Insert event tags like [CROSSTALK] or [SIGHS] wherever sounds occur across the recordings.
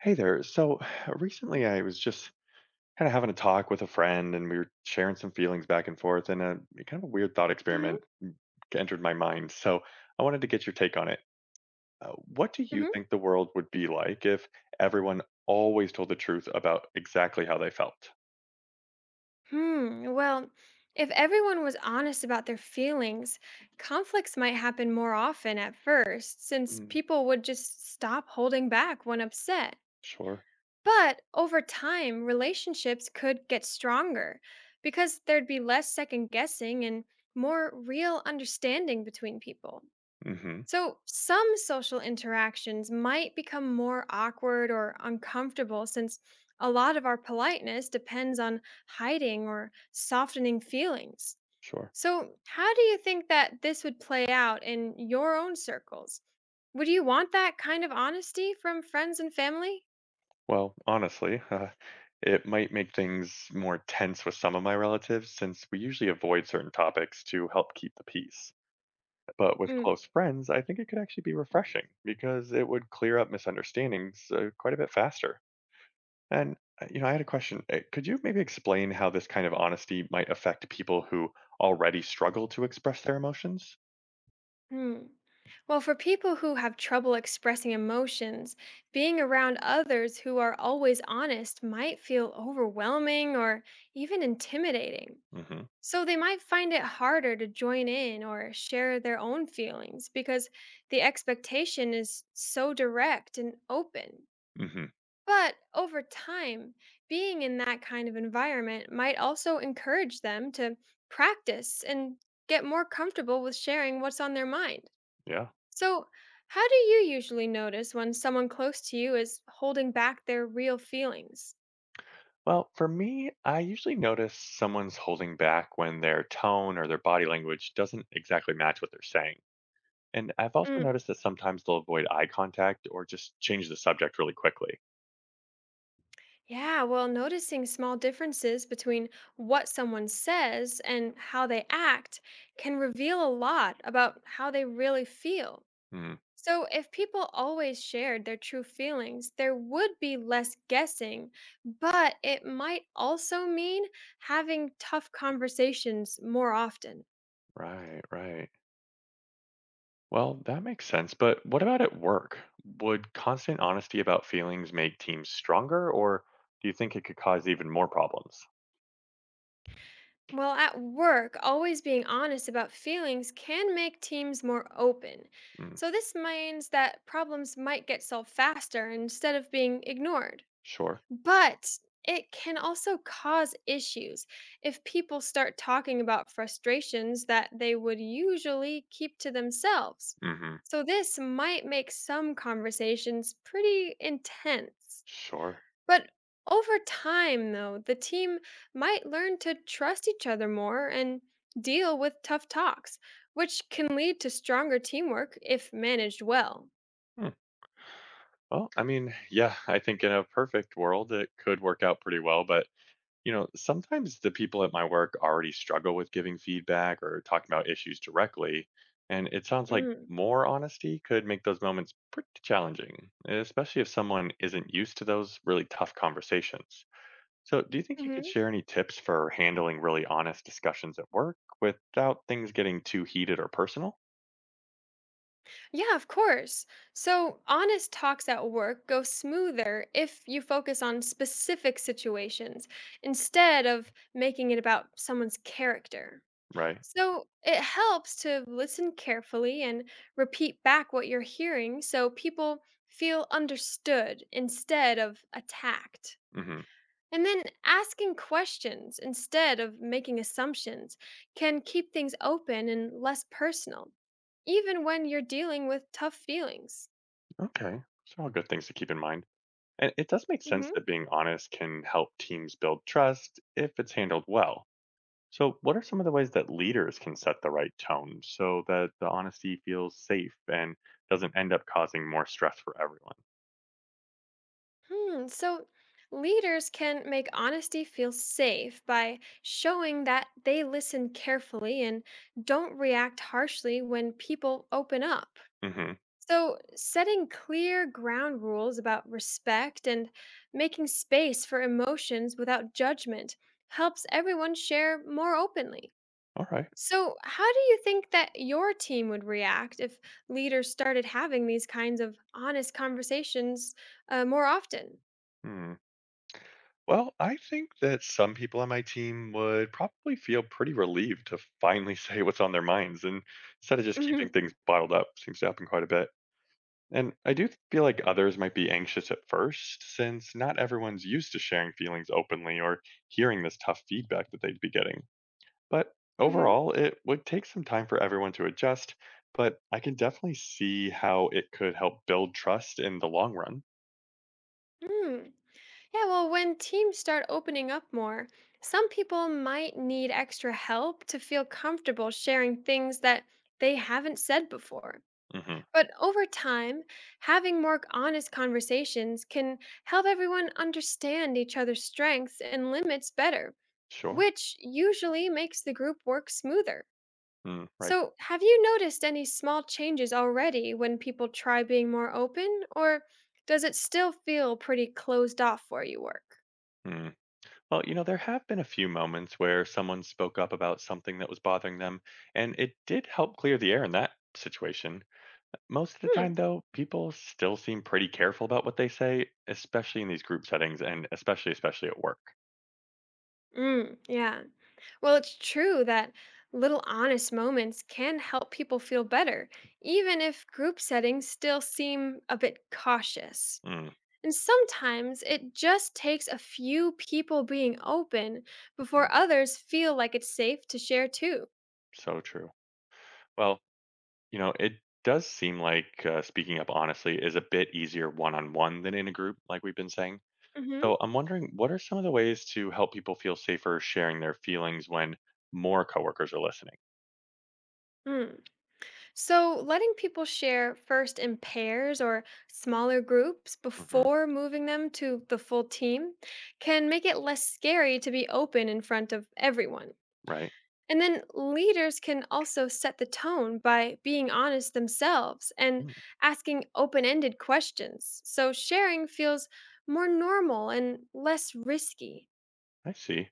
Hey there. So [SIGHS] recently I was just kind of having a talk with a friend, and we were sharing some feelings back and forth, and a kind of a weird thought Hmm. experiment entered my mind. So I wanted to get your take on it. What do you Hmm. think the world would be like if everyone always told the truth about exactly how they felt? Hmm. Well, if everyone was honest about their feelings, conflicts might happen more often at first, since Mm, people would just stop holding back when upset. sure. But over time, relationships could get stronger because there'd be less second guessing and more real understanding between people. Mm-hmm. So, some social interactions might become more awkward or uncomfortable since a lot of our politeness depends on hiding or softening feelings. Sure. So, how do you think that this would play out in your own circles? Would you want that kind of honesty from friends and family? Well, honestly, it might make things more tense with some of my relatives since we usually avoid certain topics to help keep the peace. But with Hmm. close friends, I think it could actually be refreshing because it would clear up misunderstandings quite a bit faster. And, you know, I had a question. Could you maybe explain how this kind of honesty might affect people who already struggle to express their emotions? Well, for people who have trouble expressing emotions, being around others who are always honest might feel overwhelming or even intimidating. Hmm. So they might find it harder to join in or share their own feelings because the expectation is so direct and open. Hmm. But over time, being in that kind of environment might also encourage them to practice and get more comfortable with sharing what's on their mind. Yeah. So, how do you usually notice when someone close to you is holding back their real feelings? Well, for me, I usually notice someone's holding back when their tone or their body language doesn't exactly match what they're saying. And I've also noticed that sometimes they'll avoid eye contact or just change the subject really quickly. Yeah, well, noticing small differences between what someone says and how they act can reveal a lot about how they really feel. Mm, So, if people always shared their true feelings, there would be less guessing, but it might also mean having tough conversations more often. right, right. Well, that makes sense. But what about at work? Would constant honesty about feelings make teams stronger, or do you think it could cause even more problems? Well, at work, always being honest about feelings can make teams more open. Mm, So, this means that problems might get solved faster instead of being ignored. sure. But it can also cause issues if people start talking about frustrations that they would usually keep to themselves. Hmm. So, this might make some conversations pretty intense. Sure. But over time, though, the team might learn to trust each other more and deal with tough talks, which can lead to stronger teamwork if managed well. Hmm. Well, I mean, yeah, I think in a perfect world, it could work out pretty well. But, you know, sometimes the people at my work already struggle with giving feedback or talking about issues directly. And it sounds like Mm. more honesty could make those moments pretty challenging, especially if someone isn't used to those really tough conversations. So, do you think you could Mm-hmm. share any tips for handling really honest discussions at work without things getting too heated or personal? Yeah, of course. So, honest talks at work go smoother if you focus on specific situations instead of making it about someone's character. Right. So, it helps to listen carefully and repeat back what you're hearing so people feel understood instead of attacked. Hmm. And then asking questions instead of making assumptions can keep things open and less personal, even when you're dealing with tough feelings. Okay. So, all good things to keep in mind. And it does make sense Hmm. that being honest can help teams build trust if it's handled well. So, what are some of the ways that leaders can set the right tone so that the honesty feels safe and doesn't end up causing more stress for everyone? Hmm, so leaders can make honesty feel safe by showing that they listen carefully and don't react harshly when people open up. Hmm. So, setting clear ground rules about respect and making space for emotions without judgment helps everyone share more openly. All right. So, how do you think that your team would react if leaders started having these kinds of honest conversations more often? Well, I think that some people on my team would probably feel pretty relieved to finally [LAUGHS] say what's on their minds, and instead of just keeping Hmm. things bottled up, seems to happen quite a bit. And I do feel like others might be anxious at first since not everyone's used to sharing feelings openly or hearing this tough feedback that they'd be getting. But Hmm. overall, it would take some time for everyone to adjust, but I can definitely see how it could help build trust in the long run. Mm. Yeah, well, when teams start opening up more, some people might need extra help to feel comfortable sharing things that they haven't said before. Mhm. But over time, having more honest conversations can help everyone understand each other's strengths and limits better, Sure. which usually makes the group work smoother. Mm, right. So, have you noticed any small changes already when people try being more open, or does it still feel pretty closed off where you work? Mm. Well, you know, there have been a few moments where someone spoke up about something that was bothering them, and it did help clear the air in that situation. Most of the Hmm. time, though, people still seem pretty careful about what they say, especially in these group settings and especially at work. Mm, yeah. Well, it's true that little honest moments can help people feel better, even if group settings still seem a bit cautious. Mm, And sometimes it just takes a few people being open before others feel like it's safe to share too. so true. Well, you know, it does seem like speaking up honestly is a bit easier one on one than in a group, like we've been saying. Hmm. So I'm wondering, what are some of the ways to help people feel safer sharing their feelings when more coworkers are listening? Mm. So, letting people share first in pairs or smaller groups Mm-hmm. before moving them to the full team can make it less scary to be open in front of everyone. Right. And then leaders can also set the tone by being honest themselves and Mm, asking open ended questions. So sharing feels more normal and less risky. I see.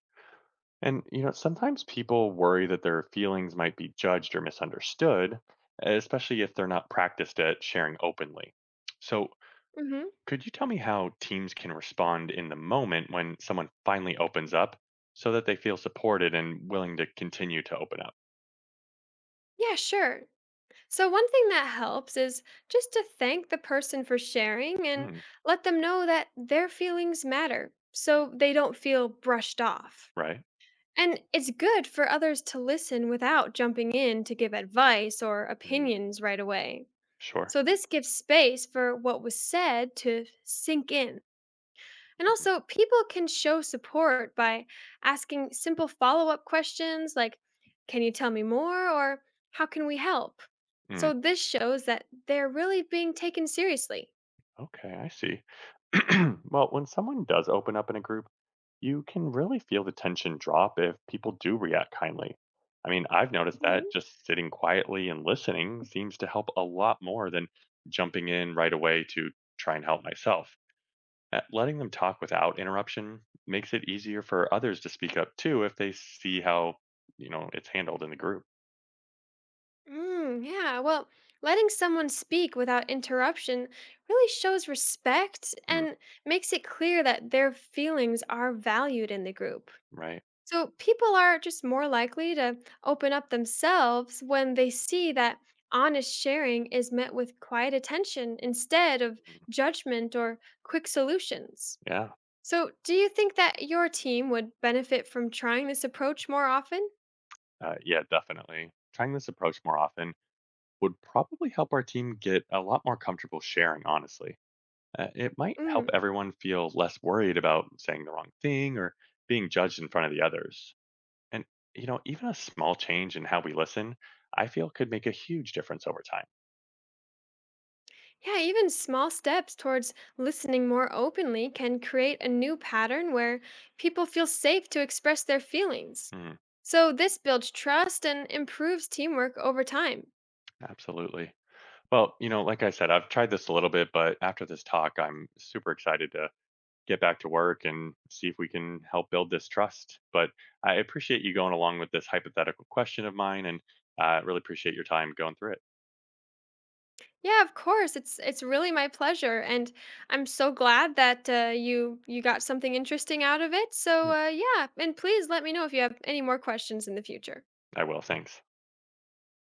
And, you know, sometimes people worry that their feelings might be judged or misunderstood, especially if they're not practiced at sharing openly. So, Hmm. could you tell me how teams can respond in the moment when someone finally opens up so that they feel supported and willing to continue to open up? Yeah, sure. So, one thing that helps is just to thank the person for sharing and Mm, let them know that their feelings matter so they don't feel brushed off. right. And it's good for others to listen without jumping in to give advice or Mm, opinions right away. sure. So this gives space for what was said to sink in. And Mhm. also, people can show support by asking simple follow up questions like, can you tell me more? Or how can we help? Mm, So this shows that they're really being taken seriously. okay, I see. [CLEARS THROAT] Well, when someone does open up in a group, you can really feel the tension drop if people do react kindly. I mean, I've noticed that Hmm. just sitting quietly and listening seems to help a lot more than jumping in right away to try and help myself. Letting them talk without interruption makes it easier for others to speak up too if they see how, you know, it's handled in the group. Mm, yeah, well, letting someone speak without interruption really shows respect Mm, and makes it clear that their feelings are valued in the group. right. So people are just more likely to open up themselves when they see that honest sharing is met with quiet attention instead of Mm, judgment or quick solutions. yeah. So, do you think that your team would benefit from trying this approach more often? Yeah, definitely. Trying this approach more often would probably help our team get a lot more comfortable sharing, honestly. It might help Mm. everyone feel less worried about saying the wrong thing or being judged in front of the others. And, you know, even a small change in how we listen, I feel could make a huge difference over time. Yeah, even small steps towards listening more openly can create a new pattern where people feel safe to express their feelings. Mm, So, this builds trust and improves teamwork over time. absolutely. Well, you know, like I said, I've tried this a little bit, but after this talk, I'm super excited to get back to work and see if we can help build this trust. But I appreciate you going along with this hypothetical question of mine, and I really appreciate your time going through it. Yeah, of course. It's really my pleasure, and I'm so glad that you got something interesting out of it. So Yeah. Yeah, and please let me know if you have any more questions in the future. I will. Thanks.